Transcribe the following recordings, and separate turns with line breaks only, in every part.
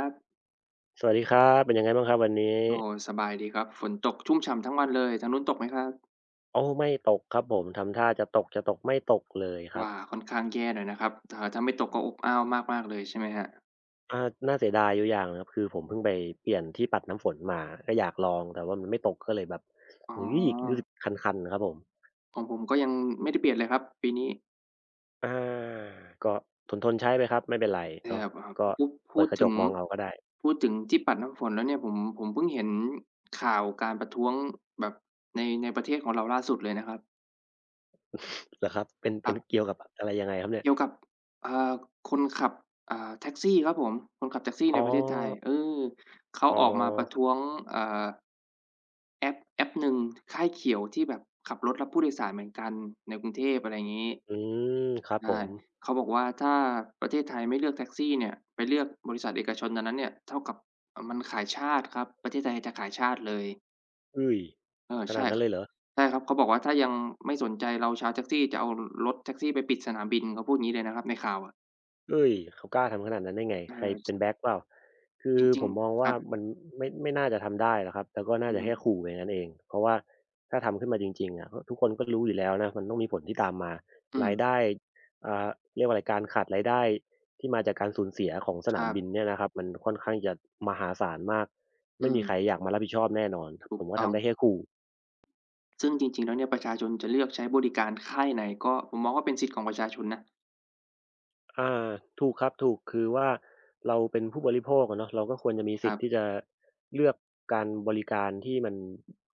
ครับ
สวัสดีครับเป็นยังไงบ้างครับวันนี้
โอ้สบายดีครับฝนตกชุ่มฉ่ำทั้งวันเลยทางนู้นตกไหมครับ
โอ้ไม่ตกครับผมทำท่าจะตกจะตกไม่ตกเลยครับ
ว่าค่อนข้างแย่หน่อยนะครับถ้าไม่ตกก็อบอ้าวมากๆเลยใช่ไหมครับ
อ่าน่าเสียดายอยู่อย่างนะครับคือผมเพิ่งไปเปลี่ยนที่ปัดน้ำฝนมาก็อยากลองแต่ว่ามันไม่ตกก็เลยแบบ
อ๋อ
อุ๊ยรู้สึกคันๆครับผม
ของผมก็ยังไม่ได้เปลี่ยนเลยครับปีนี้
อาก็ทนๆใช้ไปครับไม่เป็นไร
แต่
เนาะก็เปิดกระจกมองเอาก็ได้
พูดถึงที่ปัดน้ำฝนแล้วเนี่ยผมเพิ่งเห็นข่าวการประท้วงแบบในประเทศของเราล่าสุดเลยนะครับ
เหรอครับเป็น
ค
เป็
รั
น
บ
เกี่ยวกับอะไรยังไงครับเนี่ย
เกี่ยวกับอ่าคนขับแท็กซี่ครับผมคนขับแท็กซี่
อ๋
ใน
อ
ประเทศไทยเออเขา
อ๋อ
ออกมาประ
ครั
ท้วง
บ
อ่าแอปหนึ่งค่ายเขียวที่แบบขับรถรับผู้โดยสารเหมือนกันในกรุงเทพอะไรอย่างงี้
อืมครับผ
ใช่
ม
เขาบอกว่าถ้าประเทศไทยไม่เลือกแท็กซี่เนี่ยไปเลือกบริษัทเอกชนอันนั้นเนี่ยเท่ากับมันขายชาติครับประเทศไทยจะขายชาติเลย
อุ๊ย
เออ
ขนา
ใช่
ดนั้นเลยเหรอ
ใช่ครับเขาบอกว่าถ้ายังไม่สนใจเราชาวแท็กซี่จะเอารถแท็กซี่ไปปิดสนามบินเขาพูดงี้เลยนะครับในข่าวอะ
เฮ้ยเขากล้าทำขนาดนั้นได้ไง
เอ่
ใครเป็น
อ
แบ็กเปล่าคื
จ
อ
ริง
ผมมอง
ๆค
ว่า
รับ
มันไม่น่าจะทำได้หรอกครับแล้วก็
อื
น่าจะ
ม
แค่ขู่อย่างนั้นเองเพราะว่าถ้าทำขึ้นมาจริงๆอะทุกคนก็รู้อยู่แล้วนะมันต้องมีผลที่ตามมา
อืม
รายได้อ่าเรียกว่าอะไรการขาดรายได้ที่มาจากการสูญเสียของส
ค
นาม
รั
บิน
บ
เนี่ยนะครับมันค่อนข้างจะมหาศาลมาก
อื
ไม่
ม
มีใครอยากมารับผิดชอบแน่นอน
ถู
ผ
ก
มก็
ต้อง
ทำได้แค่ขู่
ซึ่งจริงๆแล้วเนี่ยประชาชนจะเลือกใช้บริการค่ายไหนก็ผมมองว่าเป็นสิทธิ์ของประชาชนนะ
อาถูกครับถูกคือว่าเราเป็นผู้บริโภคอะเนาะเราก็ควรจะมี
ค
สิ
รั
ทธิ์ที่
บ
จะเลือกการบริการที่มัน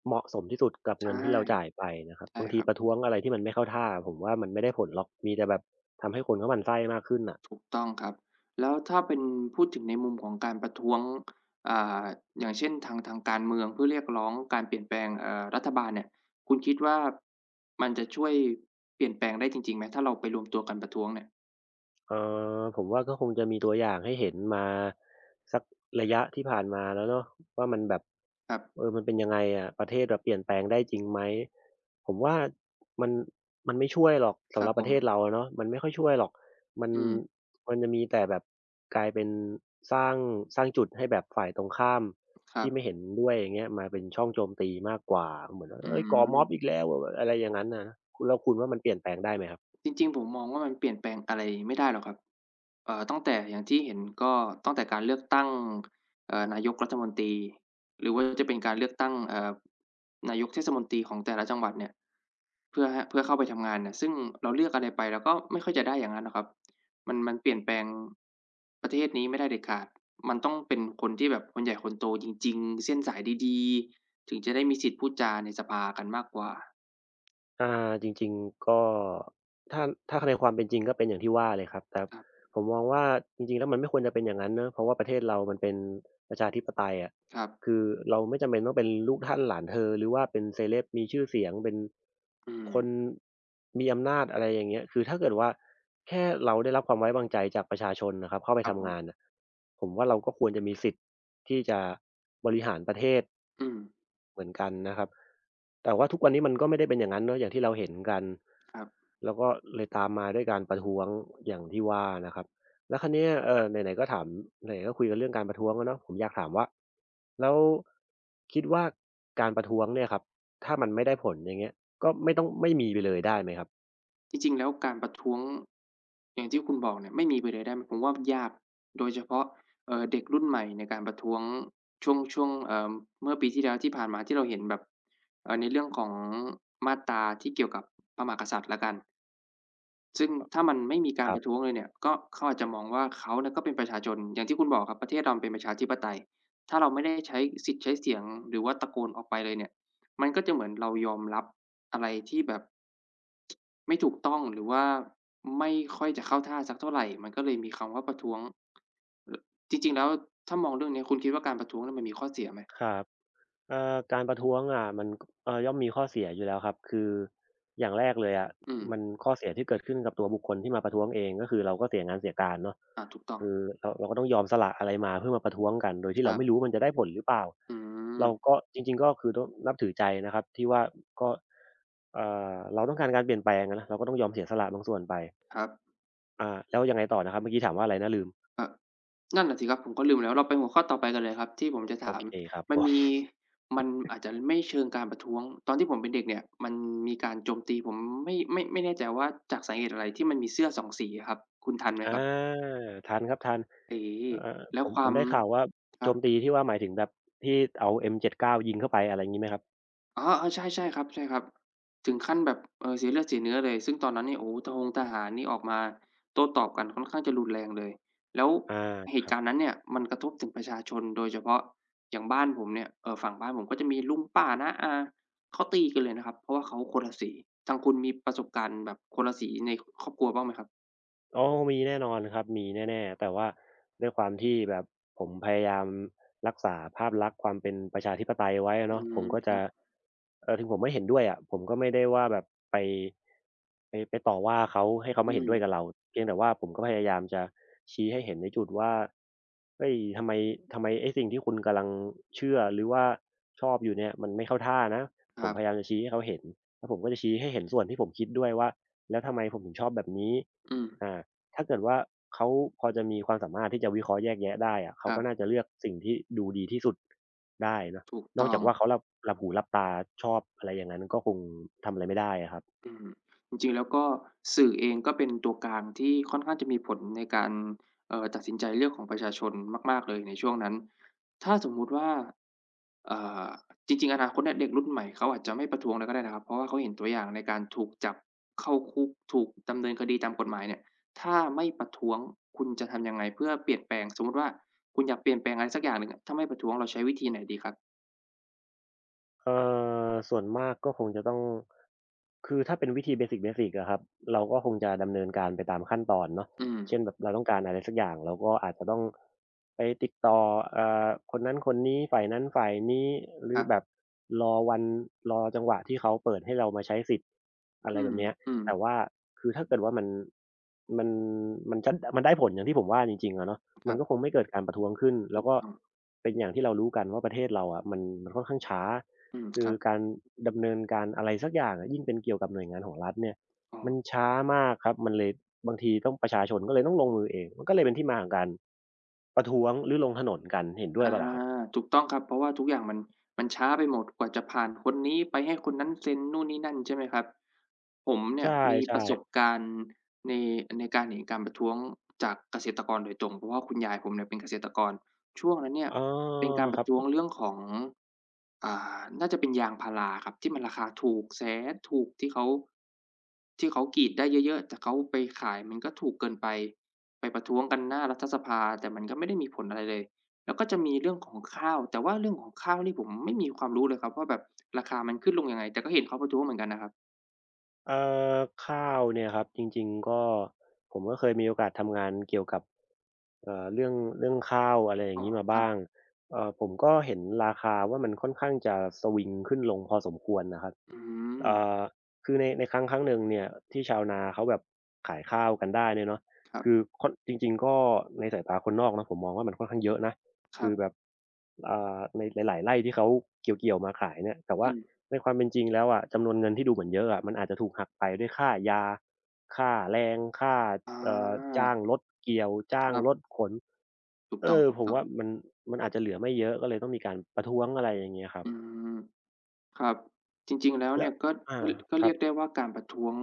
เหมาะสมที่สุดกับ
ใช่
เงินที่เราจ่ายไปนะครับ
ใช่
บาง
ค
ที
รับ
ประท้วงอะไรที่มันไม่เข้าท่าผมว่ามันไม่ได้ผลหรอกมีแต่แบบทำให้คนเขาหมั่นไส้มากขึ้นน่ะ
ถูกต้องครับแล้วถ้าเป็นพูดถึงในมุมของการประท้วงอ่าอย่างเช่นทางการเมืองเพื่อเรียกร้องการเปลี่ยนแปลงรัฐบาลเนี่ยคุณคิดว่ามันจะช่วยเปลี่ยนแปลงได้จริงๆไหมถ้าเราไปรวมตัวกันประท้วงเนี่ย
เอ่ผมว่าก็คงจะมีตัวอย่างให้เห็นมาสักระยะที่ผ่านมาแล้วเนาะว่ามันแบบ
ครับ
เออมันเป็นยังไงอะประเทศแบบเปลี่ยนแปลงได้จริงไหมผมว่ามันไม่ช่วยหรอก
ค
สำ
รั
ห
บ
รับ
ผ
ประเทศ
ม
เราอะเนาะมันไม่ค่อยช่วยหรอกมัน
อืม
มันจะมีแต่แบบกลายเป็นสร้างสร้างจุดให้แบบฝ่ายตรงข้าม
ครั
ที่
บ
ไม่เห็นด้วยอย่างเงี้ยมาเป็นช่องโจมตีมากกว่าเหมือน
อื
เฮ้ยก่อม็อบอีก
ม
แล้วอะไรอย่างงั้นน่ะคุณแล้วคุณว่ามันเปลี่ยนแปลงได้ไหมครับ
จริงๆผมมองว่ามันเปลี่ยนแปลงอะไรไม่ได้หรอกครับตั้งแต่อย่างที่เห็นก็ตั้งแต่การเลือกตั้งนายกรัฐมนตรีหรือว่าจะเป็นการเลือกตั้งนายกเทศมนตรีของแต่ละจังหวัดเนี่ยเพื่อเข้าไปทำงานเนี่ยซึ่งเราเลือกอะไรไปเราก็ไม่ค่อยจะได้อย่างนั้นหรอกครับมันเปลี่ยนแปลงประเทศนี้ไม่ได้เด็ดขาดมันต้องเป็นคนที่แบบคนใหญ่คนโตจริงๆเส้นสายดีๆถึงจะได้มีสิทธิ์พูดจาในสภากันมากกว่า
อาจริงๆก็ถ้าในความเป็นจริงก็เป็นอย่างที่ว่าเลยครับแต่
ครับ
ผมมองว่าจริงๆแล้วมันไม่ควรจะเป็นอย่างนั้นเนาะเพราะว่าประเทศเรามันเป็นประชาธิปไตยอะ
ครับ
คือเราไม่จำเป็นต้องเป็นลูกท่านหลานเธอหรือว่าเป็นเซเลบมีชื่อเสียงเป็น
อืม
คนมีอำนาจอะไรอย่างเงี้ยคือถ้าเกิดว่าแค่เราได้รับความไว้วางใจจากประชาชนนะครับเข้าไป
ครับผ
ทำงาน
ม
น่ะผมว่าเราก็ควรจะมีสิทธิ์ที่จะบริหารประเทศ
อืม
เหมือนกันนะครับแต่ว่าทุกวันนี้มันก็ไม่ได้เป็นอย่างนั้นเนาะอย่างที่เราเห็นกัน
ครับ
แล้วก็เลยตามมาด้วยการประท้วงอย่างที่ว่านะครับแล้วคราวเนี้ยไหนๆก็ถามไหนๆก็คุยกันเรื่องการประท้วงแล้วเนาะผมอยากถามว่าแล้วคิดว่าการประท้วงเนี่ยครับถ้ามันไม่ได้ผลอย่างเงี้ยก็ไม่ต้องไม่มีไปเลยได้ไหมครับ
จริงๆแล้วการประท้วงอย่างที่คุณบอกเนี่ยไม่มีไปเลยได้ไหมผมว่ายากโดยเฉพาะเด็กรุ่นใหม่ในการประท้วงช่วงเมื่อปีที่แล้วที่ผ่านมาที่เราเห็นแบบในเรื่องของมาตราที่เกี่ยวกับพระมหากษัตริย์แล้วกัน ซึ่งถ้ามันไม่มี
ค
การ
รั
ประท้วง
บ
เลยเนี่ยก็เขาอาจจะมองว่าเขาเนี่ยก็เป็นประชาชนอย่างที่คุณบอกครับประเทศเราเป็นประชาธิปไตยถ้าเราไม่ได้ใช้สิทธิ์ใช้เสียงหรือว่าตะโกนออกไปเลยเนี่ยมันก็จะเหมือนเรายอมรับอะไรที่แบบไม่ถูกต้องหรือว่าไม่ค่อยจะเข้าท่าสักเท่าไรมันก็เลยมีคำว่าประท้วงลจริงๆแล้วถ้ามองเรื่องเนี้ยคุณคิดว่าการประท้วงเนี่ยมันมีข้อเสียไหม
ครับ การประท้วงอะมันย่อมมีข้อเสียอยู่แล้วครับคืออย่างแรกเลยอะ
อืม
มันข้อเสียที่เกิดขึ้นกับตัวบุคคลที่มาประท้วงเองก็คือเราก็เสียงานเสียการเนาะ
อาถูกต้อง
คือเราก็ต้องยอมสละอะไรมาเพื่อมาประท้วงกันโดย
ค
ที่เรา
รั
ไม่รู้
บ
มันจะได้ผลหรือเปล่า
อืม
เราก็จริงๆก็คือต้องนับถือใจนะครับที่ว่าก็เอ่เราต้องการการเปลี่ยนแปลงอะนะเราก็ต้องยอมเสียสละบางส่วนไป
ครับ
แล้วยังไงต่อนะครับเมื่อกี้ถามว่าอะไรนะลืม
อ นั่นน่ะสิครับผมก็ลืมแล้วเราไปหัวข้อต่อไปกันเลยครับที่ผมจะ
โอ
ถาม
เคครับ
มั
ผ
น
ม
มีมันอาจจะไม่เชิงการประท้วงตอนที่ผมเป็นเด็กเนี่ยมันมีการโจมตีผมไม่แน่ใจว่าจากสาเหตุอะไรที่มันมีเสื้อ2สีอะครับคุณทันไหม
อ
ครับ
าทันครับทัน
เอ
เอ่อ
แล้
ผ
ว
ม
ค
ผ
วา
ม
ม
ได้ข่าวว่า
ค
โจ
รับ
มตีที่ว่าหมายถึงแบบที่เอา M79 ยิงเข้าไปอะไรงี้ไหมครับ
อ๋อๆใช่ใช่ครับใช่ครับถึงขั้นแบบเสียเลือดเสียเนื้อเลยซึ่งตอนนั้นนี่โอ้โฮทหารนี่ออกมาโต้ตอบกันค่อนข้างจะรุนแรงเลยแล้ว
อา
เห
ค
ตุ
รับ
การณ์นั้นเนี่ยมันกระทบถึงประชาชนโดยเฉพาะอย่างบ้านผมเนี่ยฝั่งบ้านผมก็จะมีลุงป้าน้าอาเขาตีกันเลยนะครับเพราะว่าเขาคนละสีทางคุณมีประสบการณ์แบบคนละสีในครอบครัวบ้างไหมครับ
อ๋อมีแน่นอนครับ มีแน่ๆแต่ว่าด้วยความที่แบบผมพยายามรักษาภาพลักษณ์ความเป็นประชาธิปไตยไว้อะ
อื
เนาะ
ม
ผมก็
ครั
จะ
บ
ถึงผมไม่เห็นด้วยอะผมก็ไม่ได้ว่าแบบไปต่อว่าเขาให้เขามา
อื
เห็น
ม
ด้วยกับเราเพียงแต่ว่าผมก็พยายามจะชี้ให้เห็นในจุดว่าเฮ้ยทำไมไอ้สิ่งที่คุณกำลังเชื่อหรือว่าชอบอยู่เนี่ยมันไม่เข้าท่านะ
ค
ผ
รั
ม
บ
พยายามจะชี้ให้เขาเห็นแล้วผมก็จะชี้ให้เห็นส่วนที่ผมคิดด้วยว่าแล้วทำไมผมถึงชอบแบบนี้
อืม
อา ถ้าเกิดว่าเขาพอจะมีความสามารถที่จะวิเคราะห์แยกแยะได้อะ
ค
เขา
รั
ก็น่า
บ
จะเลือกสิ่งที่ดูดีที่สุดได้เนาะ
ถูก
นอก
ต้อ
จา
ง
กว่าเขาหลับหูหลับตาชอบอะไรอย่างงั้นก็คงทำอะไรไม่ได้อะครับ
อืมจริงๆแล้วก็สื่อเองก็เป็นตัวกลางที่ค่อนข้างจะมีผลในการตัดสินใจเลือกของประชาชนมากๆเลยในช่วงนั้นถ้าสมมุติว่าเอ่อจริงๆอนาคตเนี่ยเด็กรุ่นใหม่เขาอาจจะไม่ประท้วงแล้วก็ได้นะครับเพราะว่าเขาเห็นตัวอย่างในการถูกจับเข้าคุกถูกดำเนินคดีตามกฎหมายเนี่ยถ้าไม่ประท้วงคุณจะทำยังไงเพื่อเปลี่ยนแปลงสมมุติว่าคุณอยากเปลี่ยนแปลงอะไรสักอย่างหนึ่งอะถ้าไม่ประท้วงเราใช้วิธีไหนดีครับ
เอ่ส่วนมากก็คงจะต้องคือถ้าเป็นวิธีเบสิกอะครับเราก็คงจะดำเนินการไปตามขั้นตอนเนาะ
อืม
เช่นแบบเราต้องการอะไรสักอย่างเราก็อาจจะต้องไปติดต่อคนนั้นคนนี้ฝ่ายนั้นฝ่ายนี้ห
ค
รือ
รั
แบ
บ
บรอวันรอจังหวะที่เขาเปิดให้เรามาใช้สิทธิ์อะไร
อื
แบบเนี้ย
ม
แต่ว่าคือถ้าเกิดว่ามันมันจะมันได้ผลอย่างที่ผมว่าจริงๆอะเนาะ
ๆค
มั
รั
นก็
บ
คงไม่เกิดการประท้วงขึ้น
ถู
แล้ว
ก
ก็
ต้อง
เป็นอย่างที่เรารู้กันว่าประเทศเราอะมันค่อนข้างช้า
อืม
คื
ค
อ
รับ
การดำเนินการอะไรสักอย่างอะยิ่งเป็นเกี่ยวกับหน่วยงานของรัฐเนี่ย
อ๋อ
มันช้ามากครับมันเลยบางทีต้องประชาชนก็เลยต้องลงมือเองมันก็เลยเป็นที่มาของการประท้วงหรือลงถนนกันเห็นด้
อ
วยเปล่าล่ะครับ
ถูกต้องครับเพราะว่าทุกอย่างมันมันช้าไปหมดกว่าจะผ่านคนนี้ไปให้คนนั้นเซ็นนู่นนี่นั่นใช่ไหมครับผมเนี่
ใช
ยมีป
่
ระสบ
ๆ
การณ์ในในการเห็นการประท้วงจากเกษตรกรโดยตรงเพราะว่าคุณยายผมเนี่ยเป็นเกษตรกรช่วงนั้นเนี่ย
เออ
เป็นการป
ค
ระ
รับ
ท้วงเรื่องของอ่น่าจะเป็นยางพาราครับที่มันราคาถูกแสนถูกที่เขากรีดได้เยอะๆแต่เขาไปขายมันก็ถูกเกินไปไปประท้วงกันหน้ารัฐสภาแต่มันก็ไม่ได้มีผลอะไรเลย แล้วก็จะมีเรื่องของข้าวแต่ว่าเรื่องของข้าวนี่ผมไม่มีความรู้เลยครับว่าแบบราคามันขึ้นลงยังไงแต่ก็เห็นเขาประท้วงเหมือนกันนะครับ
เอ่อข้าวเนี่ยครับจริงๆก็ผมก็เคยมีโอกาสทำงานเกี่ยวกับเรื่องข้าวอะไรอย่า
อ๋อ
งงี้มา
ครับ
บ้างผมก็เห็นราคาว่ามันค่อนข้างจะสวิงขึ้นลงพอสมควรนะครับ
อืม
เอ่อคือในครั้งหนึ่งเนี่ยที่ชาวนาเขาแบบขายข้าวกันได้เนี่ยเนาะ
ครับ
คือค่อนจริงๆก็ในสายตาคนนอกเนาะผมมองว่ามันค่อนข้างเยอะนะ
ครั
คือแบ
บ
บในหลายๆไร่ที่เขาเกี่ยวๆมาขายเนี่ยแต่
อื
ว่า
ม
ในความเป็นจริงแล้วอะจำนวนเงินที่ดูเหมือนเยอะอะมันอาจจะถูกหักไปด้วยค่ายาค่าแรงค่า
อ
เอ่อ
า
จ้างรถเกี่ยวจ้า
ค
ง
รับ
รถขน
ถูก
เอ
ต้
อผม
อง
ว่า
ๆ
มันอาจจะเหลือไม่เยอะก็เลยต้องมีการประท้วงอะไรอย่างเงี้ยครับ
อืมครับจริงๆแล้ว
แล้
เนี่
ว
ยก็
อา
ก็
ครั
เรี
บ
ยกได้ว่าการประท้วง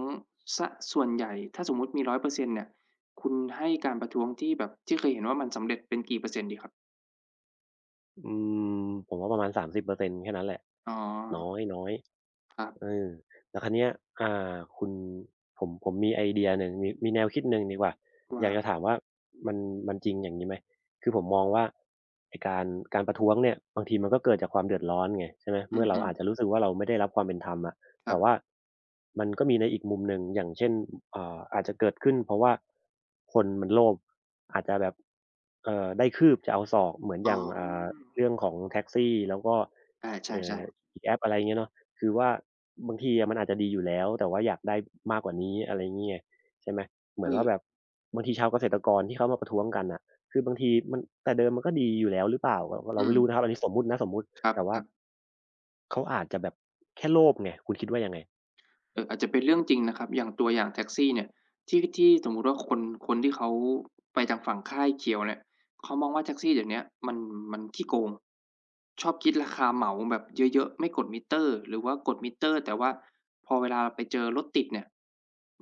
เสียส่วนใหญ่ถ้าสมมุติมี100%เปอร์เซ็นต์เนี่ยคุณให้การประท้วงที่แบบที่เคยเห็นว่ามันสำเร็จเป็นกี่เปอร์เซ็นต์ดีครับ
อืมผมว่าประมาณ30%แค่นั้นแหละ
อ๋อ
น้อยน้อย
ครั
เอ
บ
อแล้วคราวเนี้ยอ่าคุณผมมีไอเดียหนึ่งมีมีแนวคิดหนึ่งดีกว่าอ
ว่า
ยากจะถามว่ามันมันจริงอย่างงี้ไหมคือผมมองว่าไอ้การประท้วงเนี่ยบางทีมันก็เกิดจากความเดือดร้อนไงใช่ไหม
อื
เมื่อเรา
ม
อาจจะรู้สึกว่าเราไม่ได้รับความเป็นธรรมอะ
ๆครั
แต่
บ
ว่ามันก็มีในอีกมุมหนึ่งอย่างเช่นเอ่าอาจจะเกิดขึ้นเพราะว่าคนมันโลภอาจจะแบบได้คืบจะเอาศอกเหมือนอ
อ๋
ย่าง
อ
เรื่องของแท็กซี่แล้วก็
อาใช
เอ่
่
อ
ๆ
อีกแอปอะไรเงี้ยเนาะคือว่าบางทีอะมันอาจจะดีอยู่แล้วแต่ว่าอยากได้มากกว่านี้อะไรงี้ไงใช่ไหมเหมื
เอ
อน
อ
ว่าแบบบางทีชาวเกษตรกรที่เขามาประท้วงกันน่ะคือบางทีมันแต่เดิมมันก็ดีอยู่แล้วหรือเปล่าเรา
อื
ไม่
ม
รู้นะครับอันนี้สมมุตินะสมมุติ
ครับ
แต่
ค
ว่า
รับ
เขาอาจจะแบบแค่โลภไงคุณคิดว่ายังไง
อาจจะเป็นเรื่องจริงนะครับ อย่างตัวอย่างแท็กซี่เนี่ยที่สมมุติว่าคนที่เขาไปทางฝั่งค่ายเขียวเนี่ยเขามองว่าแท็กซี่เดี๋ยวเนี้ยมันขี้โกงชอบคิดราคาเหมาแบบเยอะๆไม่กดมิเตอร์ หรือว่ากดมิเตอร์แต่ว่าพอเวลาไปเจอรถติดเนี่ย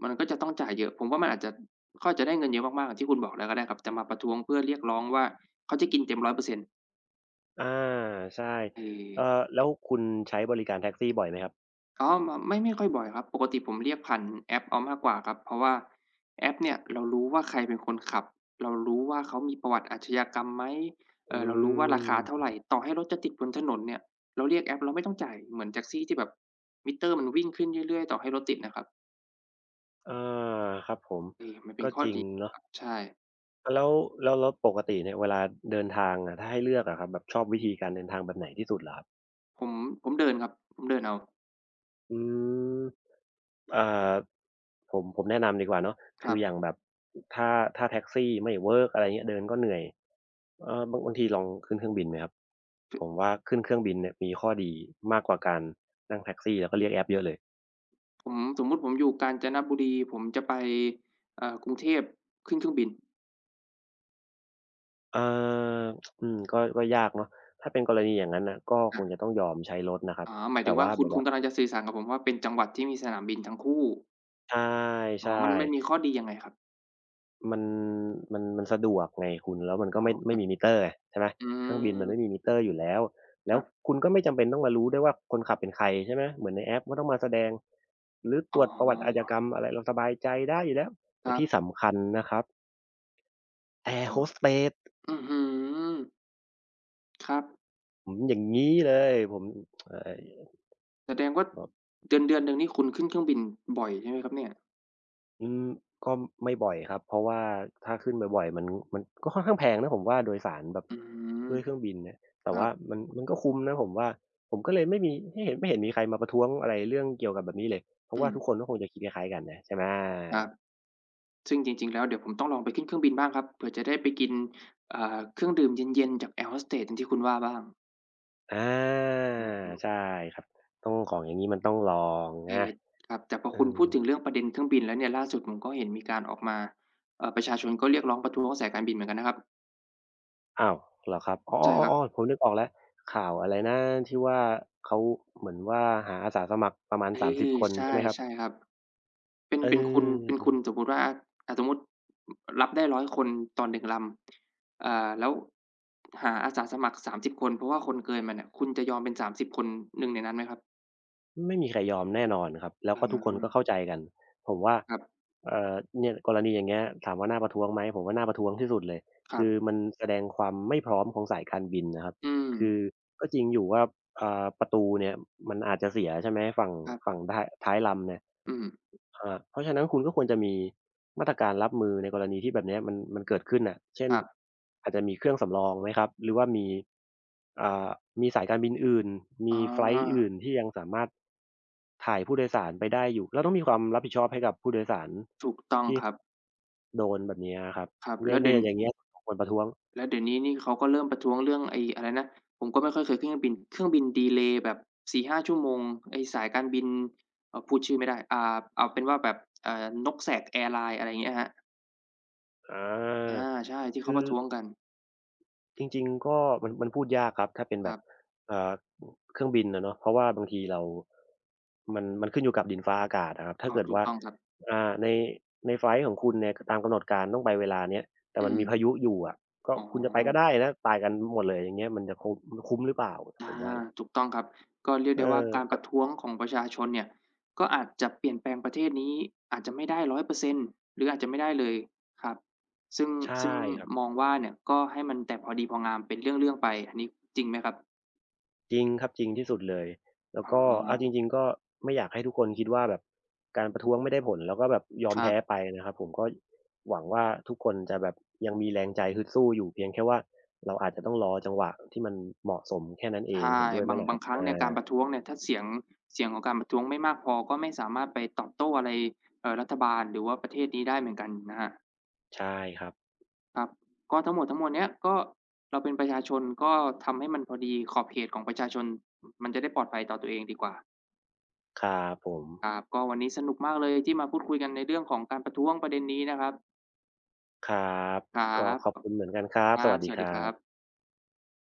มันก็จะต้องจ่ายเยอะ ผมว่ามันอาจจะเขาอาจจะได้เงินเยอะมากๆอย่างที่คุณบอกแล้วก็ได้ครับจะมาประท้วงเพื่อเรียกร้องว่าเขาจะกินเต็ม100%เปอร์เซ็นต์
อาใช่
เอ
แล้วคุณใช้บริการแท็กซี่บ่อยไหมครับ
อ๋อมไม่ค่อยบ่อยครับปกติผมเรียกผ่านแอปเอามากกว่าครับเพราะว่าแอปเนี่ยเรารู้ว่าใครเป็นคนขับเรารู้ว่าเขามีประวัติอาชญากรรมไหม
อื
เรารู้ว่าราคาเท่าไร
ม
ต่อให้รถจะติดบนถนนเนี่ยเราเรียกแอปเราไม่ต้องจ่ายเหมือนแท็กซี่ที่แบบมิเตอร์มันวิ่งขึ้นเรื่อยๆต่อให้รถติดนะครับ
อาครับผม
เออมันเป็น
ก็
ข้อ
จริง
ดีค
เนาะ
รับใช่
แล้วแล้วแล้วปกติเนี่ยเวลาเดินทางอะถ้าให้เลือกอะครับแบบชอบวิธีการเดินทางแบบไหนที่สุดเหรอครับ
ผมผมเดินครับผมเดินเอา
อืมอ่าผมแนะนำดีกว่าเนาะ
ค
คื
รั
อ
บ
อย่างแบบถ้าถ้าแท็กซี่ไม่เวิร์กอะไรเงี้ยเดินก็เหนื่อยบางทีลองขึ้นเครื่องบินไหมครับผ
ถ
มว่าขึ้นเครื่องบินเนี่ยมีข้อดีมากกว่าการนั่งแท็กซี่แล้วก็เรียกแอปเยอะเลย
ผมสมมุติผมอยู่กาญจนบุรีผมจะไปกรุงเทพขึ้นเครื่องบิน
อ่าอืมก็ก็ยากเนาะถ้าเป็นกรณีอย่างนั้นน่ะก็คง
อา
จะต้องยอมใช้รถนะครับ
อ๋อหมายถึ
แต่
งว่า
ว่า
คุ
แบ
ณ
บ
คุณ
ว่า
กำลังจะสื่อสารกับผมว่าเป็นจังหวัดที่มีสนามบินทั้งคู่อ๋อ
ใช่
มันมีข้อดียังไงครับ
ๆมันมันสะดวกไงคุณแล้วมันก็
อ๋อค
ไม่
รับ
มีมิเตอร์ไงใช่ไหม
อื
เครื่องบินมันไม่มี
ม
มิเตอร์อยู่แล้ว
ค
แล้ว
รับ
คุณก็ไม่จำเป็นต้องมารู้ด้วยว่าคนขับเป็นใครใช่ไหม เหมือนในแอปไม่ต้องมาแสดง หรือต
อ๋
รวจประวัติอาชญา
อ
กรรมอะไรเราสบายใจได้อยู่แล้ว
ค
แต่
รับ
ที่สำคัญนะครับแอ
อื
ร์โฮ
ม
สเตส
อื้อฮือครับ
อืมอย่างงี้เลยผมเอ่
แสดงว่า
บ
เดือนหนึ่งนี่คุณขึ้นเครื่องบินบ่อยใช่ไหมครับเนี่ย
อืมก็ไม่บ่อยครับเพราะว่าถ้าขึ้นบ่อยๆมันก็ค่อนข้างแพงนะผมว่าโดยสารแบบ
อืม
ด้วยเครื่องบินเนี่ย
ค
แต่
รั
ว่า
บ
มันก็คุ้มนะผมว่าผมก็เลยไม่มีไม่เห็นมีใครมาประท้วงอะไรเรื่องเกี่ยวกับแบบนี้เลยเพราะ
อื
ว่า
ม
ทุกคนก็คงจะคิดคล้ายๆกันนะใช่ไหม
ครับซึ่งจริงๆแล้วเดี๋ยวผมต้องลองไปขึ้นเครื่องบินบ้างครับเผื่อจะได้ไปกินเครื่องดื่มเย็นๆจากแอร์โฮสเตสอย่างที่คุณว่าบ้าง
อา
อือฮึ
ใช่ครับต้องของอย่างงี้มันต้องลอง
เออ
นะ
ครับแต่พอ
เอ
คุณ
อ
พูดถึงเรื่องประเด็นเครื่องบินแล้วเนี่ยล่าสุดผมก็เห็นมีการออกมาประชาชนก็เรียกร้องประท้วงสายการบินเหมือนกันนะครับ
อ้าวเหรอครับ
ใช่ครั
อ้อ
บ
ๆๆๆผมนึกออกแล้วข่าวอะไรนะที่ว่าเขาเหมือนว่าหาอาสาสมัครประมาณ
เอ
30
อ
คน
ใช่
ใช่ไหมครับ
ใช่ครับเป็น
เ
เป็นคุณเป็น
ออ
คุณสมมุติว่าสมมุติรับได้100คนต่อ1ลำอ่าแล้วหาอาสาสมัคร30คนเพราะว่าคนเกินมาเนี่ยคุณจะยอมเป็น30คนหนึ่งในนั้นไหมครับ
ไม่มีใครยอมแน่นอนครับแล้ว
อ
ก็ทุกคนก็
า
เข้าใจกันผมว่า
ครับ
เอ่อเนี่ยกรณีอย่างเงี้ยถามว่าน่าประท้วงไหมผมว่าน่าประท้วงที่สุดเลย
ครั
คือ
บ
มันแสดงความไม่พร้อมของสายการบินนะครับ
อืม
คือก็จริงอยู่ว่าประตูเนี่ยมันอาจจะเสียใช่ไหมฝั่ง
ครับ
ฝั่งท้ายท้ายลำเนี่ย
อืม
อาเพราะฉะนั้นคุณก็ควรจะมีมาตรการรับมือในกรณีที่แบบเนี้ยมันเกิดขึ้นน่ะเช่
ค
น
รับ
อาจจะมีเครื่องสำรองไหมครับหรือว่ามีอ่ามีสายการบินอื่น
อ๋
มีไฟลต์
อ
อื่นที่ยังสามารถถ่ายผู้โดยสารไปได้อยู่เราต้องมีความรับผิดชอบให้กับผู้โดยสาร
ถูกต้อง
ที่
ครับ
โดนแบบเนี้ยอะครับ
ครับ
เนี่
แล้
ย
วเดี๋
เนี่
ยว
ยอย่างเงี้ยควรประท้วง
แล้วเดี๋ยวนี้นี่เขาก็เริ่มประท้วงเรื่องไอ้อะไรนะผมก็ไม่ค่อยเคยขึ้นเครื่องบินเครื่องบินดีเลย์แบบ4-5ชั่วโมงไอ้สายการบินพูดชื่อไม่ได้อ่าเอาเป็นว่าแบบนกแสกแอร์ไลน์อะไรอย่างเงี้ยครับ
อา
อาใช่ที่เขา
คื
ป
อ
ระท้วงกัน
จริงๆก็มันพูดยากครับ ถ้าเป็น
ค
แบ
รั
บ
บ
เอ่อเครื่องบินอะเนาะเพราะว่าบางทีเรามันขึ้นอยู่กับดินฟ้าอากาศอะครับถ้า
อ๋อ
เกิด
ถูก
ว่า
ต้องครับ
ในในไฟลต์ของคุณเนี่ยตามกำหนดการต้องไปเวลาเนี้ยแต่
อื
มัน
ม
มีพายุอยู่อะก็
อ๋อ
คุณจะไปก็ได้นะตายกันหมดเลยอย่างเงี้ยมันคุ้มหรือเปล่าผมว่า
อา
นะ
ถูกต้องครับก็เรียก
เออ
ได้ว่าการป
ก็
ระท้วงของประชาชนเนี่ยก็อาจจะเปลี่ยนแปลงประเทศนี้อาจจะไม่ได้100%หรืออาจจะไม่ได้เลยครับซึ่ง
ใช่
ซึ่ง
ครับ
มองว่าเนี่ยก็ให้มันแต่พอดีพองามเป็นเรื่องๆไปอันนี้จริงไหมครับ
จริงครับจริงที่สุดเลยแล้ว
อ๋อ
ก็เอาจริงๆก็ไม่อยากให้ทุกคนคิดว่าแบบการประท้วงไม่ได้ผลแล้วก็แบบยอ
ค
ม
รั
แพ้ไป
บ
นะครับผมก็หวังว่าทุกคนจะแบบยังมีแรงใจฮึดสู้อยู่เพียงแค่ว่าเราอาจจะต้องรอจังหวะที่มันเหมาะสมแค่นั้นเอง
ใช่
เห็นด้วยไหม
บาง
ล่ะค
บาง
รับ
ค
อ
รั้งเนี่ยการประ
า
ท้วงเนี่ยถ้าเสียงของการประท้วงไม่มากพอก็ไม่สามารถไปตอบโต้อะไรรัฐบาลหรือว่าประเทศนี้ได้เหมือนกันนะครับ
ใช่ครับ
ครับก็ทั้งหมดทั้งมวลเนี้ยก็เราเป็นประชาชนก็ทำให้มันพอดีขอบเขตของประชาชนมันจะได้ปลอดภัยต่อตัวเองดีกว่า
ครับผม
ครับก็วันนี้สนุกมากเลยที่มาพูดคุยกันในเรื่องของการประท้วงประเด็นนี้นะครับ
ครับ
ครั
ก็
บบ
ขอบคุณเหมือนกันครั
ค
บส
รับ
วัส
ส
ดี
วัส
ค
ดีค
รั
รับ
บ